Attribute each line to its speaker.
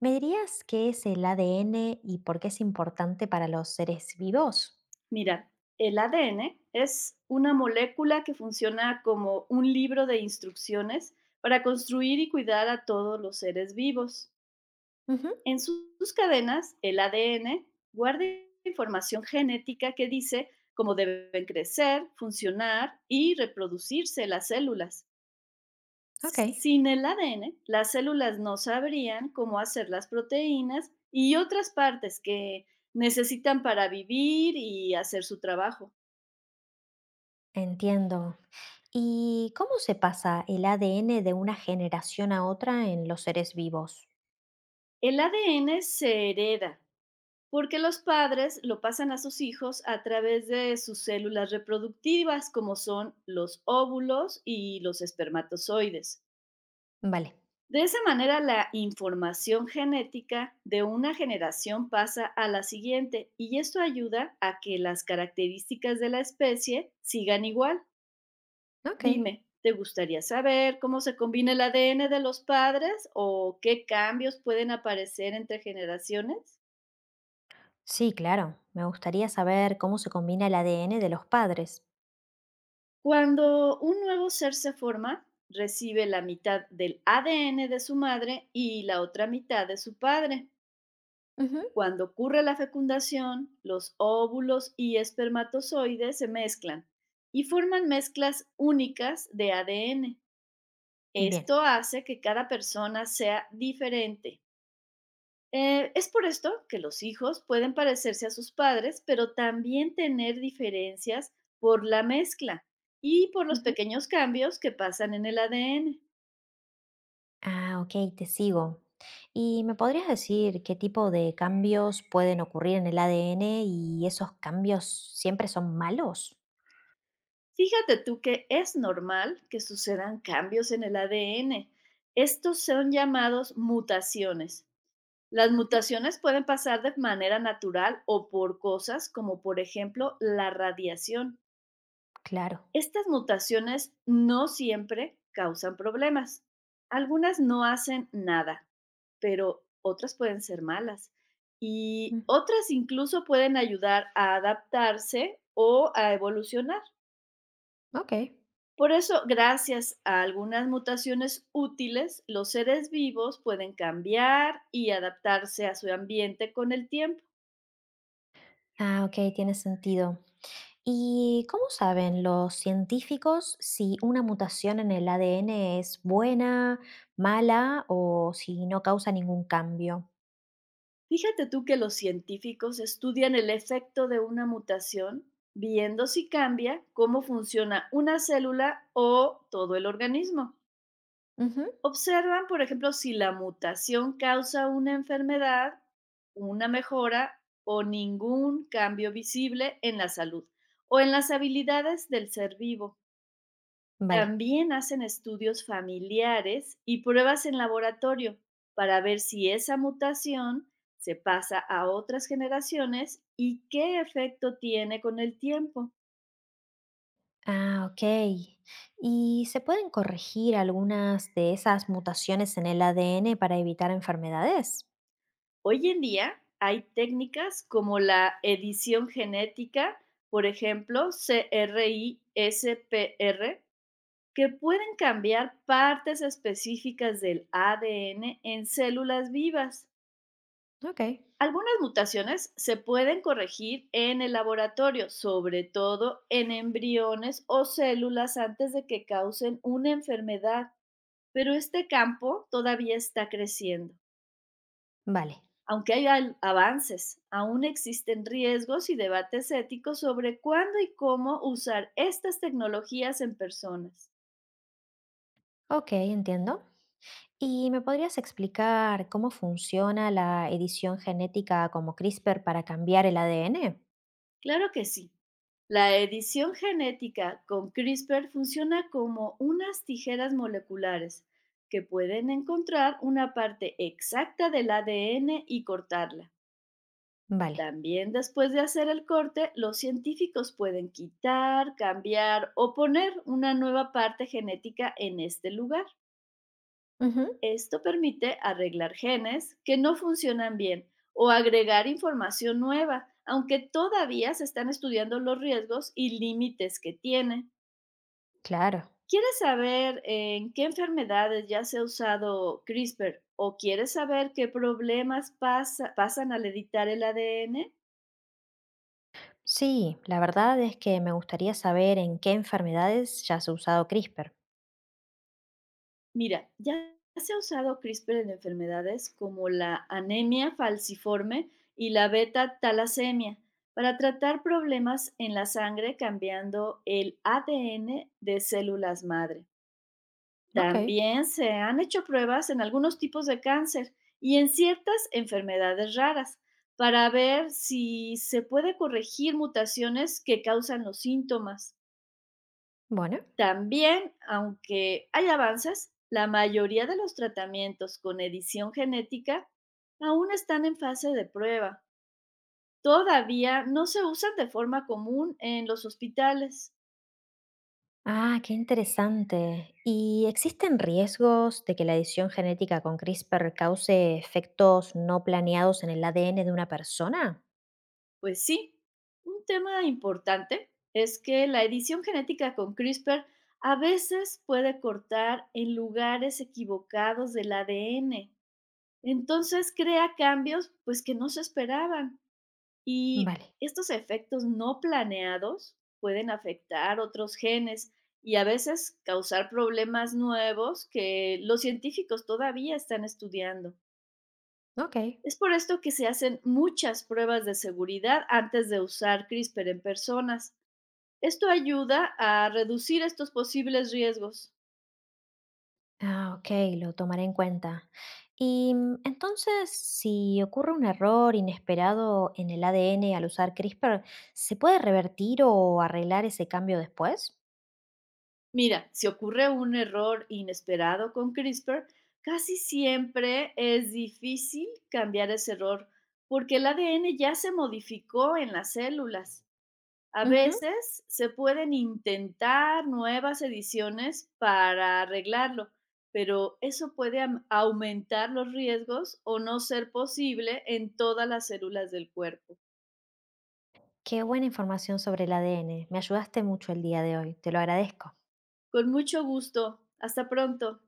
Speaker 1: ¿Me dirías qué es el ADN y por qué es importante para los seres vivos?
Speaker 2: Mira, el ADN es una molécula que funciona como un libro de instrucciones para construir y cuidar a todos los seres vivos.
Speaker 1: Ujú.
Speaker 2: Sus cadenas, el ADN guarda información genética que dice cómo deben crecer, funcionar y reproducirse las células.
Speaker 1: Ok.
Speaker 2: Sin el ADN, las células no sabrían cómo hacer las proteínas y otras partes que necesitan para vivir y hacer su trabajo.
Speaker 1: Entiendo. ¿Y cómo se pasa el ADN de una generación a otra en los seres vivos?
Speaker 2: El ADN se hereda porque los padres lo pasan a sus hijos a través de sus células reproductivas, como son los óvulos y los espermatozoides.
Speaker 1: Vale.
Speaker 2: De esa manera, la información genética de una generación pasa a la siguiente y esto ayuda a que las características de la especie sigan igual.
Speaker 1: Ok.
Speaker 2: Dime, ¿te gustaría saber cómo se combina el ADN de los padres o qué cambios pueden aparecer entre generaciones?
Speaker 1: Sí, claro, me gustaría saber cómo se combina el ADN de los padres.
Speaker 2: Cuando un nuevo ser se forma, recibe la mitad del ADN de su madre y la otra mitad de su padre.
Speaker 1: Ujú.
Speaker 2: Cuando ocurre la fecundación, los óvulos y espermatozoides se mezclan y forman mezclas únicas de ADN.
Speaker 1: Bien.
Speaker 2: Esto hace que cada persona sea diferente. Es por esto que los hijos pueden parecerse a sus padres, pero también tener diferencias por la mezcla y por los
Speaker 1: Ujú.
Speaker 2: pequeños cambios que pasan en el ADN.
Speaker 1: Ah, ok, te sigo. ¿Y me podrías decir qué tipo de cambios pueden ocurrir en el ADN, y esos cambios siempre son malos?
Speaker 2: Fíjate tú que es normal que sucedan cambios en el ADN. Estos son llamados mutaciones. Las
Speaker 1: Ujú.
Speaker 2: mutaciones pueden pasar de manera natural o por cosas como por ejemplo la radiación.
Speaker 1: Claro.
Speaker 2: Estas mutaciones no siempre causan problemas. Algunas no hacen nada, pero otras pueden ser malas. Y
Speaker 1: Mm,
Speaker 2: otras incluso pueden ayudar a adaptarse o a evolucionar.
Speaker 1: okey.
Speaker 2: Por eso, gracias a algunas mutaciones útiles, los seres vivos pueden cambiar y adaptarse a su ambiente con el tiempo.
Speaker 1: Ah, okey, tiene sentido. ¿Y cómo saben los científicos si una mutación en el ADN es buena, mala o si no causa ningún cambio?
Speaker 2: Fíjate tú que los científicos estudian el efecto de una mutación viendo si cambia cómo funciona una célula o todo el organismo.
Speaker 1: Ujú.
Speaker 2: Observan, por ejemplo, si la mutación causa una enfermedad, una mejora o ningún cambio visible en la salud o en las habilidades del ser vivo.
Speaker 1: Vale.
Speaker 2: También hacen estudios familiares y pruebas en laboratorio para ver si esa mutación se pasa a otras generaciones y qué efecto tiene con el tiempo.
Speaker 1: Ah, okey. ¿Y se pueden corregir algunas de esas mutaciones en el ADN para evitar enfermedades?
Speaker 2: Hoy en día hay técnicas como la edición genética, por ejemplo, CRISPR, que pueden cambiar partes específicas del ADN en células vivas.
Speaker 1: Okey.
Speaker 2: Algunas mutaciones se pueden corregir en el laboratorio, sobre todo en embriones o células antes de que causen una enfermedad, pero este campo todavía está creciendo.
Speaker 1: Vale.
Speaker 2: Aunque hay avances, aún existen riesgos y debates éticos sobre cuándo y cómo usar estas tecnologías en personas.
Speaker 1: Okey, entiendo. ¿Y me podrías explicar cómo funciona la edición genética como CRISPR para cambiar el ADN?
Speaker 2: Claro que sí. La edición genética con CRISPR funciona como unas tijeras moleculares que pueden encontrar una parte exacta del ADN y cortarla.
Speaker 1: Vale.
Speaker 2: También, después de hacer el corte, los científicos pueden quitar, cambiar o poner una nueva parte genética en este lugar.
Speaker 1: Ujú.
Speaker 2: Esto permite arreglar genes que no funcionan bien o agregar información nueva, aunque todavía se están estudiando los riesgos y límites que tiene.
Speaker 1: Claro.
Speaker 2: ¿Quieres saber en qué enfermedades ya se ha usado CRISPR o quieres saber qué problemas pasan al editar el ADN?
Speaker 1: Sí, la verdad es que me gustaría saber en qué enfermedades ya se ha usado CRISPR.
Speaker 2: Mira, ya se ha usado CRISPR en enfermedades como la anemia falciforme y la beta talasemia para tratar problemas en la sangre cambiando el ADN de células madre.
Speaker 1: Ok,
Speaker 2: También se han hecho pruebas en algunos tipos de cáncer y en ciertas enfermedades raras para ver si se puede corregir mutaciones que causan los síntomas.
Speaker 1: bueno.
Speaker 2: También, aunque hay avances, la mayoría de los tratamientos con edición genética aún están en fase de prueba. Todavía no se usan de forma común en los hospitales.
Speaker 1: Ah, qué interesante. ¿Y existen riesgos de que la edición genética con CRISPR cause efectos no planeados en el ADN de una persona?
Speaker 2: Pues sí, un tema importante es que la edición genética con CRISPR a veces puede cortar en lugares equivocados del ADN. Entonces crea cambios, pues, que no se esperaban. Y
Speaker 1: Vale,
Speaker 2: estos efectos no planeados pueden afectar otros genes y a veces causar problemas nuevos que los científicos todavía están estudiando.
Speaker 1: ok.
Speaker 2: Es por esto que se hacen muchas pruebas de seguridad antes de usar CRISPR en personas. Esto ayuda a reducir estos posibles riesgos.
Speaker 1: Ah, ok, lo tomaré en cuenta. Y entonces, si ocurre un error inesperado en el ADN al usar CRISPR, ¿se puede revertir o arreglar ese cambio después?
Speaker 2: Mira, si ocurre un error inesperado con CRISPR, casi siempre es difícil cambiar ese error porque el ADN ya se modificó en las células. A
Speaker 1: Ujú.
Speaker 2: veces se pueden intentar nuevas ediciones para arreglarlo, pero eso puede aumentar los riesgos o no ser posible en todas las células del cuerpo.
Speaker 1: Qué buena información sobre el ADN. Me ayudaste mucho el día de hoy. Te lo agradezco.
Speaker 2: Con mucho gusto. Hasta pronto.